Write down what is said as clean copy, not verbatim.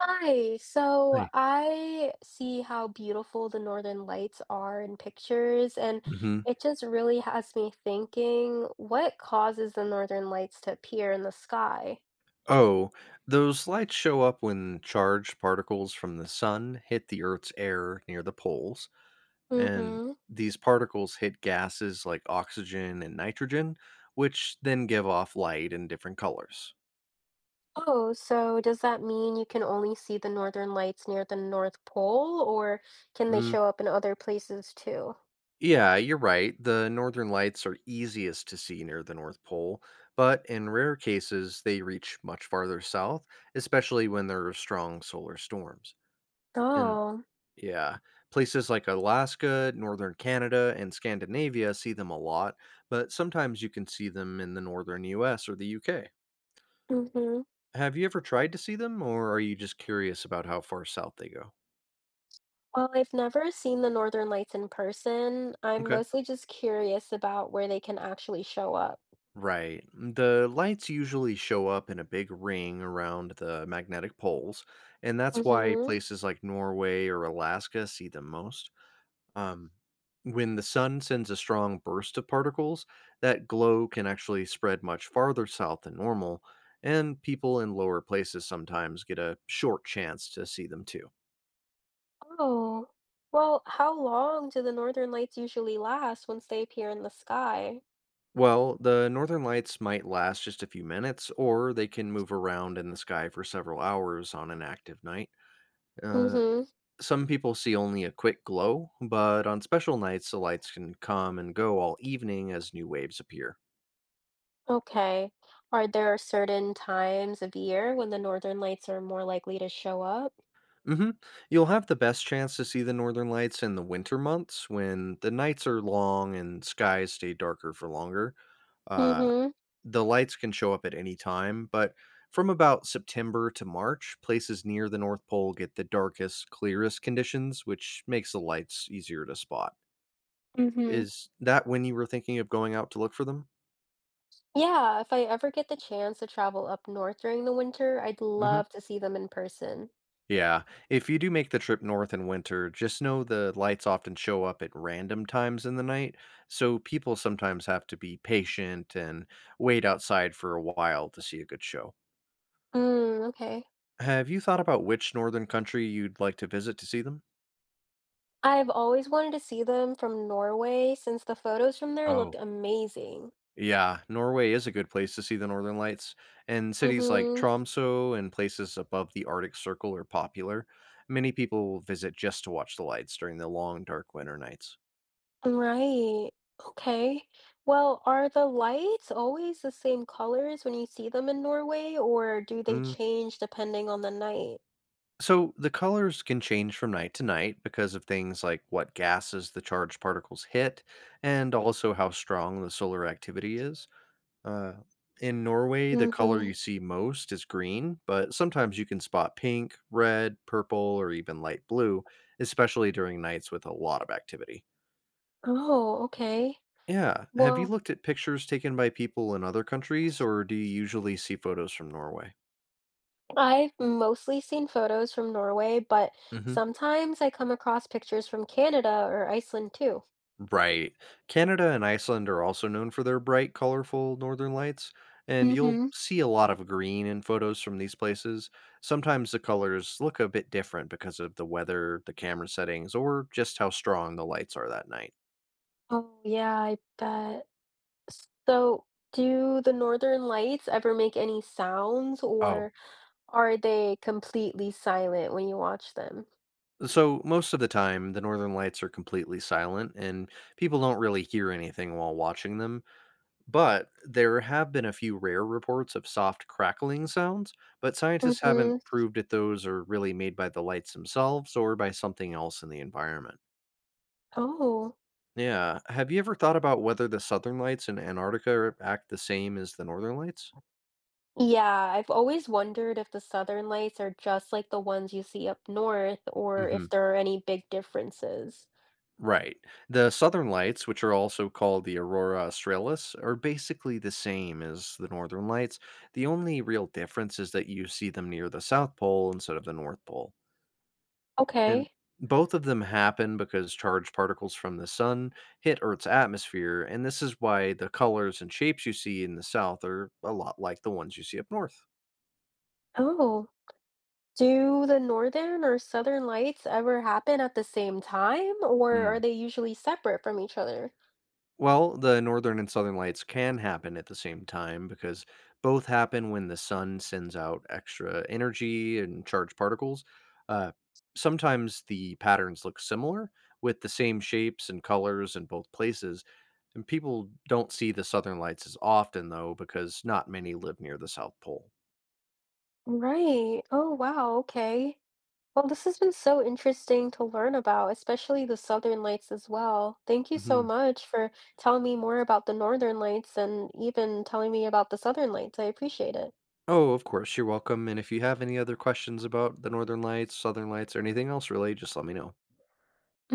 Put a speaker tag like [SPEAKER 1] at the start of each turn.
[SPEAKER 1] Hi. So
[SPEAKER 2] Right.
[SPEAKER 1] I see how beautiful the Northern Lights are in pictures, and
[SPEAKER 2] Mhm.
[SPEAKER 1] it just really has me thinking, what causes the Northern Lights to appear in the sky?
[SPEAKER 2] Oh, those lights show up when charged particles from the sun hit the Earth's air near the poles, and
[SPEAKER 1] Mm-hmm.
[SPEAKER 2] these particles hit gases like oxygen and nitrogen, which then give off light in different colors.
[SPEAKER 1] Oh, so does that mean you can only see the Northern Lights near the North Pole, or can they
[SPEAKER 2] Mm,
[SPEAKER 1] show up in other places too?
[SPEAKER 2] Yeah, you're right. The northern lights are easiest to see near the North Pole, but in rare cases, they reach much farther south, especially when there are strong solar storms. And
[SPEAKER 1] Oh,
[SPEAKER 2] Yeah. Places like Alaska, northern Canada, and Scandinavia see them a lot, but sometimes you can see them in the northern US or the UK.
[SPEAKER 1] mm-hmm.
[SPEAKER 2] Have you ever tried to see them, or are you just curious about how far south they go?
[SPEAKER 1] Well, I've never seen the Northern Lights in person. I'm
[SPEAKER 2] Okay.
[SPEAKER 1] mostly just curious about where they can actually show up.
[SPEAKER 2] Right. The lights usually show up in a big ring around the magnetic poles, and that's why
[SPEAKER 1] Mm-hmm.
[SPEAKER 2] places like Norway or Alaska see them most. Um, when the sun sends a strong burst of particles, that glow can actually spread much farther south than normal, and people in lower places sometimes get a short chance to see them too.
[SPEAKER 1] Oh, well, how long do the northern lights usually last once they appear in the sky?
[SPEAKER 2] Well, the northern lights might last just a few minutes, or they can move around in the sky for several hours on an active night. Uh,
[SPEAKER 1] Mm-hmm.
[SPEAKER 2] some people see only a quick glow, but on special nights, the lights can come and go all evening as new waves appear.
[SPEAKER 1] Okay. Are there certain times of year when the northern lights are more likely to show up?
[SPEAKER 2] hmm You'll have the best chance to see the northern lights in the winter months when the nights are long and skies stay darker for longer. Uh,
[SPEAKER 1] Mm-hmm.
[SPEAKER 2] the lights can show up at any time, but from about September to March, places near the North Pole get the darkest, clearest conditions, which makes the lights easier to spot.
[SPEAKER 1] Mm-hmm.
[SPEAKER 2] Is that when you were thinking of going out to look for them?
[SPEAKER 1] Yeah, if I ever get the chance to travel up north during the winter, I'd
[SPEAKER 2] hmm
[SPEAKER 1] love to see them in person.
[SPEAKER 2] Yeah. If you do make the trip north in winter, just know the lights often show up at random times in the night. So people sometimes have to be patient and wait outside for a while to see a good show.
[SPEAKER 1] Mm, okay.
[SPEAKER 2] Have you thought about which northern country you'd like to visit to see them?
[SPEAKER 1] I've always wanted to see them from Norway since the photos from there looked
[SPEAKER 2] Oh,
[SPEAKER 1] amazing.
[SPEAKER 2] yeah, Norway is a good place to see the northern lights, and cities like
[SPEAKER 1] Mm-hmm.
[SPEAKER 2] Tromsø and places above the Arctic Circle are popular. Many people visit just to watch the lights during the long, dark winter nights.
[SPEAKER 1] Right. Okay. Well, are the lights always the same colors when you see them in Norway, or do they
[SPEAKER 2] Hmm.
[SPEAKER 1] change depending on the night?
[SPEAKER 2] So the colors can change from night to night because of things like what gases the charged particles hit and also how strong the solar activity is. Uh, in Norway, the color
[SPEAKER 1] Mm-hmm.
[SPEAKER 2] you see most is green, but sometimes you can spot pink, red, purple, or even light blue, especially during nights with a lot of activity.
[SPEAKER 1] Oh, okay.
[SPEAKER 2] Yeah. Have you
[SPEAKER 1] Well,
[SPEAKER 2] looked at pictures taken by people in other countries, or do you usually see photos from Norway?
[SPEAKER 1] I've mostly seen photos from Norway, but
[SPEAKER 2] Mm hmm.
[SPEAKER 1] sometimes I come across pictures from Canada or Iceland too.
[SPEAKER 2] Right. Canada and Iceland are also known for their bright, colorful northern lights, and you'll
[SPEAKER 1] Mm-hmm.
[SPEAKER 2] see a lot of green in photos from these places. Sometimes the colors look a bit different because of the weather, the camera settings, or just how strong the lights are that night.
[SPEAKER 1] Oh, yeah, I bet. So, do the northern lights ever make any sounds,
[SPEAKER 2] Oh,
[SPEAKER 1] or are they completely silent when you watch them?
[SPEAKER 2] so, most of the time, the northern lights are completely silent, and people don't really hear anything while watching them. But there have been a few rare reports of soft crackling sounds, but scientists haven't
[SPEAKER 1] Mhm.
[SPEAKER 2] proved if those are really made by the lights themselves or by something else in the environment.
[SPEAKER 1] Oh.
[SPEAKER 2] Yeah, have you ever thought about whether the southern lights in Antarctica are- act the same as the northern lights?
[SPEAKER 1] Yeah, I've always wondered if the Southern Lights are just like the ones you see up north or
[SPEAKER 2] hmm
[SPEAKER 1] if there are any big differences.
[SPEAKER 2] Right. The southern lights, which are also called the aurora australis, are basically the same as the northern lights. The only real difference is that you see them near the South Pole instead of the North Pole. And
[SPEAKER 1] Okay.
[SPEAKER 2] both of them happen because charged particles from the sun hit Earth's atmosphere, and this is why the colors and shapes you see in the south are a lot like the ones you see up north.
[SPEAKER 1] Oh. Do the Northern or Southern Lights ever happen at the same time, or
[SPEAKER 2] Hmm.
[SPEAKER 1] are they usually separate from each other?
[SPEAKER 2] Well, the northern and southern lights can happen at the same time because both happen when the sun sends out extra energy and charged particles. Uh, Sometimes the patterns look similar with the same shapes and colors in both places. And people don't see the southern lights as often, though, because not many live near the South Pole.
[SPEAKER 1] Right. Oh, wow. Okay. Well, this has been so interesting to learn about, especially the Southern Lights as well. Thank you so
[SPEAKER 2] hmm
[SPEAKER 1] much for telling me more about the Northern Lights and even telling me about the Southern Lights. I appreciate it.
[SPEAKER 2] Oh, of course, you're welcome. And if you have any other questions about the northern lights, southern lights, or anything else really, just let me know.